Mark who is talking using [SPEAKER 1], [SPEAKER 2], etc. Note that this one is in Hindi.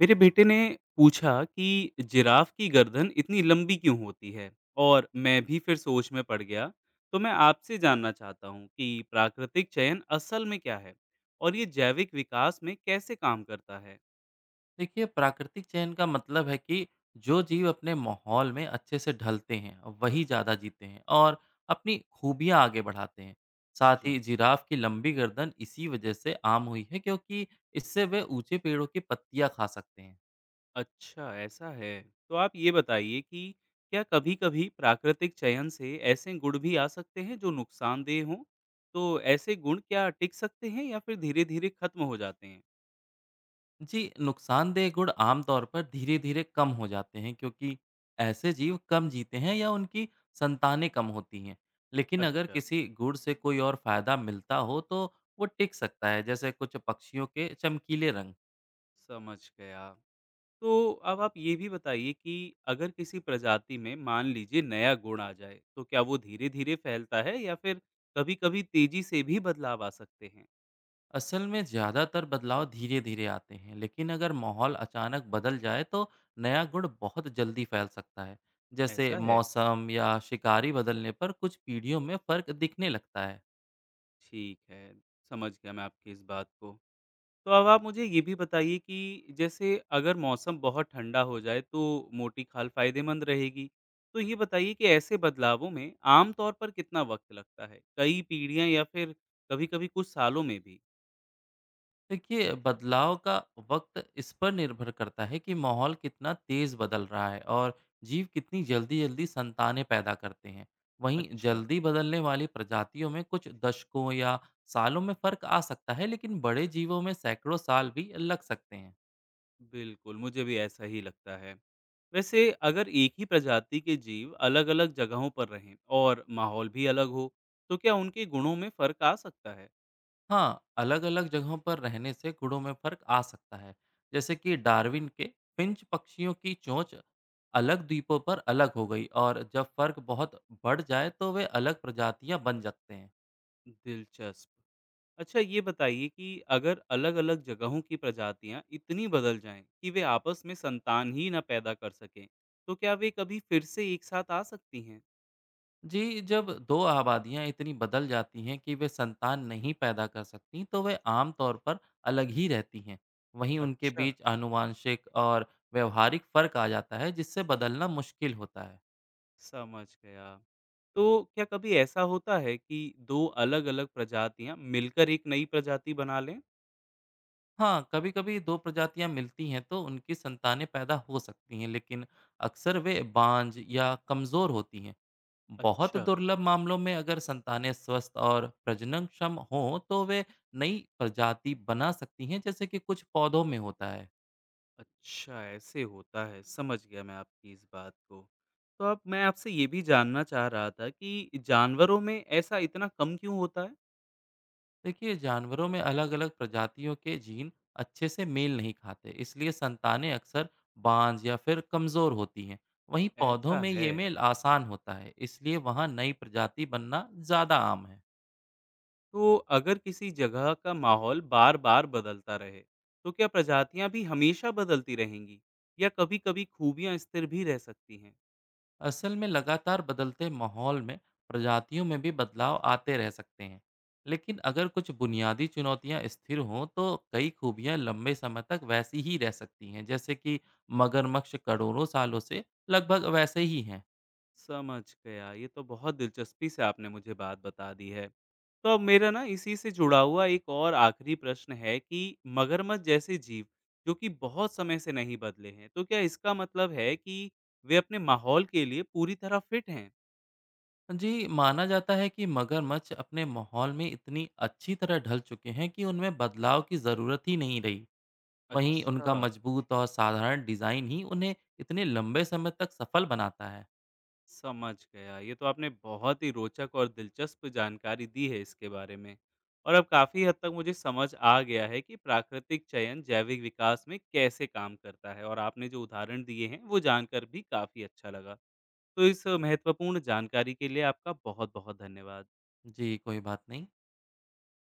[SPEAKER 1] मेरे बेटे ने पूछा कि जिराफ की गर्दन इतनी लंबी क्यों होती है। और मैं भी फिर सोच में पड़ गया। तो मैं आपसे जानना चाहता हूँ कि प्राकृतिक चयन असल में क्या है और ये जैविक विकास में कैसे काम करता है।
[SPEAKER 2] देखिए प्राकृतिक चयन का मतलब है कि जो जीव अपने माहौल में अच्छे से ढलते हैं वही ज़्यादा जीते हैं और अपनी खूबियाँ आगे बढ़ाते हैं। साथ ही
[SPEAKER 1] जी।
[SPEAKER 2] जिराफ की लंबी गर्दन इसी वजह से आम हुई है क्योंकि इससे वे ऊंचे पेड़ों की पत्तियाँ खा सकते हैं।
[SPEAKER 1] अच्छा, ऐसा है। तो आप ये बताइए कि क्या कभी-कभी प्राकृतिक चयन से ऐसे गुण भी आ सकते हैं जो नुकसानदेह हों? तो ऐसे गुण क्या टिक सकते हैं या फिर धीरे-धीरे खत्म हो जाते हैं?
[SPEAKER 2] जी। नुकसानदेह गुण आमतौर पर धीरे धीरे कम हो जाते हैं क्योंकि ऐसे जीव कम जीते हैं या उनकी संतानें कम होती हैं। लेकिन अगर
[SPEAKER 1] अच्छा,
[SPEAKER 2] किसी गुण से कोई और फायदा मिलता हो तो वो टिक सकता है, जैसे कुछ पक्षियों के चमकीले रंग।
[SPEAKER 1] समझ गया। तो अब आप ये भी बताइए कि अगर किसी प्रजाति में मान लीजिए नया गुण आ जाए, तो क्या वो धीरे-धीरे फैलता है या फिर कभी-कभी तेजी से भी बदलाव आ सकते हैं?
[SPEAKER 2] असल में ज़्यादातर बदलाव धीरे धीरे आते हैं, लेकिन अगर माहौल अचानक बदल जाए तो नया गुण बहुत जल्दी फैल सकता है। जैसे
[SPEAKER 1] ऐसा है?
[SPEAKER 2] मौसम या शिकारी बदलने पर कुछ पीढ़ियों में फर्क दिखने लगता है।
[SPEAKER 1] ठीक है, समझ गया मैं आपकी इस बात को। तो अब आप मुझे ये भी बताइए कि जैसे अगर मौसम बहुत ठंडा हो जाए तो मोटी खाल फ़ायदेमंद रहेगी। तो ये बताइए कि ऐसे बदलावों में आम तौर पर कितना वक़्त लगता है? कई पीढ़ियाँ या फिर कभी-कभी कुछ सालों में भी?
[SPEAKER 2] देखिए बदलाव का वक्त इस पर निर्भर करता है कि माहौल कितना तेज बदल रहा है और जीव कितनी जल्दी जल्दी संतानें पैदा करते हैं। वहीं
[SPEAKER 1] अच्छा।
[SPEAKER 2] जल्दी बदलने वाली प्रजातियों में कुछ दशकों या सालों में फर्क आ सकता है, लेकिन बड़े जीवों में सैकड़ों साल भी लग सकते हैं।
[SPEAKER 1] बिल्कुल, मुझे भी ऐसा ही लगता है। वैसे अगर एक ही प्रजाति के जीव अलग-अलग जगहों पर रहें और माहौल भी अलग हो, तो क्या उनके गुणों में फ़र्क आ सकता है?
[SPEAKER 2] हाँ। अलग अलग जगहों पर रहने से गुणों में फर्क आ सकता है, जैसे कि डार्विन के फिंच पक्षियों की चोंच अलग द्वीपों पर अलग हो गई, और जब फर्क बहुत बढ़ जाए तो वे अलग प्रजातियां बन सकते हैं।
[SPEAKER 1] दिलचस्प। अच्छा, ये बताइए कि अगर अलग-अलग जगहों की प्रजातियाँ इतनी बदल जाएँ कि वे आपस में संतान ही ना पैदा कर सकें, तो क्या वे कभी फिर से एक साथ आ सकती हैं?
[SPEAKER 2] जी, जब 2 आबादियाँ इतनी बदल जाती हैं कि वे संतान नहीं पैदा कर सकतीं, तो वे आम तौर पर अलग ही रहती हैं। वहीं उनके
[SPEAKER 1] अच्छा,
[SPEAKER 2] बीच आनुवांशिक और व्यावहारिक फ़र्क आ जाता है, जिससे बदलना मुश्किल होता है।
[SPEAKER 1] समझ गया। तो क्या कभी ऐसा होता है कि 2 अलग-अलग प्रजातियाँ मिलकर एक नई प्रजाति बना लें?
[SPEAKER 2] हाँ, कभी-कभी 2 प्रजातियाँ मिलती हैं, तो उनकी संतानें पैदा हो सकती हैं, लेकिन अक्सर वे बांझ या कमज़ोर होती हैं। बहुत
[SPEAKER 1] अच्छा।
[SPEAKER 2] दुर्लभ मामलों में अगर संतानें स्वस्थ और प्रजननक्षम हों, तो वे नई प्रजाति बना सकती हैं, जैसे कि कुछ पौधों में होता है।
[SPEAKER 1] अच्छा, ऐसे होता है। समझ गया मैं आपकी इस बात को। तो अब मैं आपसे ये भी जानना चाह रहा था कि जानवरों में ऐसा इतना कम क्यों होता है?
[SPEAKER 2] देखिए जानवरों में अलग अलग प्रजातियों के जीन अच्छे से मेल नहीं खाते, इसलिए संतानें अक्सर बांझ या फिर कमज़ोर होती हैं। वहीं पौधों
[SPEAKER 1] ऐसा
[SPEAKER 2] में
[SPEAKER 1] है।
[SPEAKER 2] ये मेल आसान होता है, इसलिए वहाँ नई प्रजाति बनना ज़्यादा आम है।
[SPEAKER 1] तो अगर किसी जगह का माहौल बार-बार बदलता रहे, तो क्या प्रजातियाँ भी हमेशा बदलती रहेंगी या कभी-कभी खूबियाँ स्थिर भी रह सकती हैं?
[SPEAKER 2] असल में लगातार बदलते माहौल में प्रजातियों में भी बदलाव आते रह सकते हैं, लेकिन अगर कुछ बुनियादी चुनौतियां स्थिर हों तो कई खूबियां लंबे समय तक वैसी ही रह सकती हैं, जैसे कि मगरमच्छ करोड़ों सालों से लगभग वैसे ही हैं।
[SPEAKER 1] समझ गया। ये तो बहुत दिलचस्पी से आपने मुझे बात बता दी है। तो अब मेरा ना इसी से जुड़ा हुआ एक और आखिरी प्रश्न है कि मगरमच्छ जैसे जीव जो कि बहुत समय से नहीं बदले हैं, तो क्या इसका मतलब है कि वे अपने माहौल के लिए पूरी तरह फिट हैं?
[SPEAKER 2] जी, माना जाता है कि मगरमच्छ अपने माहौल में इतनी अच्छी तरह ढल चुके हैं कि उनमें बदलाव की ज़रूरत ही नहीं रही। वहीं
[SPEAKER 1] अच्छा।
[SPEAKER 2] उनका मजबूत और साधारण डिज़ाइन ही उन्हें इतने लंबे समय तक सफल बनाता है।
[SPEAKER 1] समझ गया। ये तो आपने बहुत ही रोचक और दिलचस्प जानकारी दी है इसके बारे में, और अब काफ़ी हद तक मुझे समझ आ गया है कि प्राकृतिक चयन जैविक विकास में कैसे काम करता है और आपने जो उदाहरण दिए हैं वो जानकर भी काफ़ी अच्छा लगा। तो इस महत्वपूर्ण जानकारी के लिए आपका बहुत-बहुत धन्यवाद।
[SPEAKER 2] जी, कोई बात नहीं।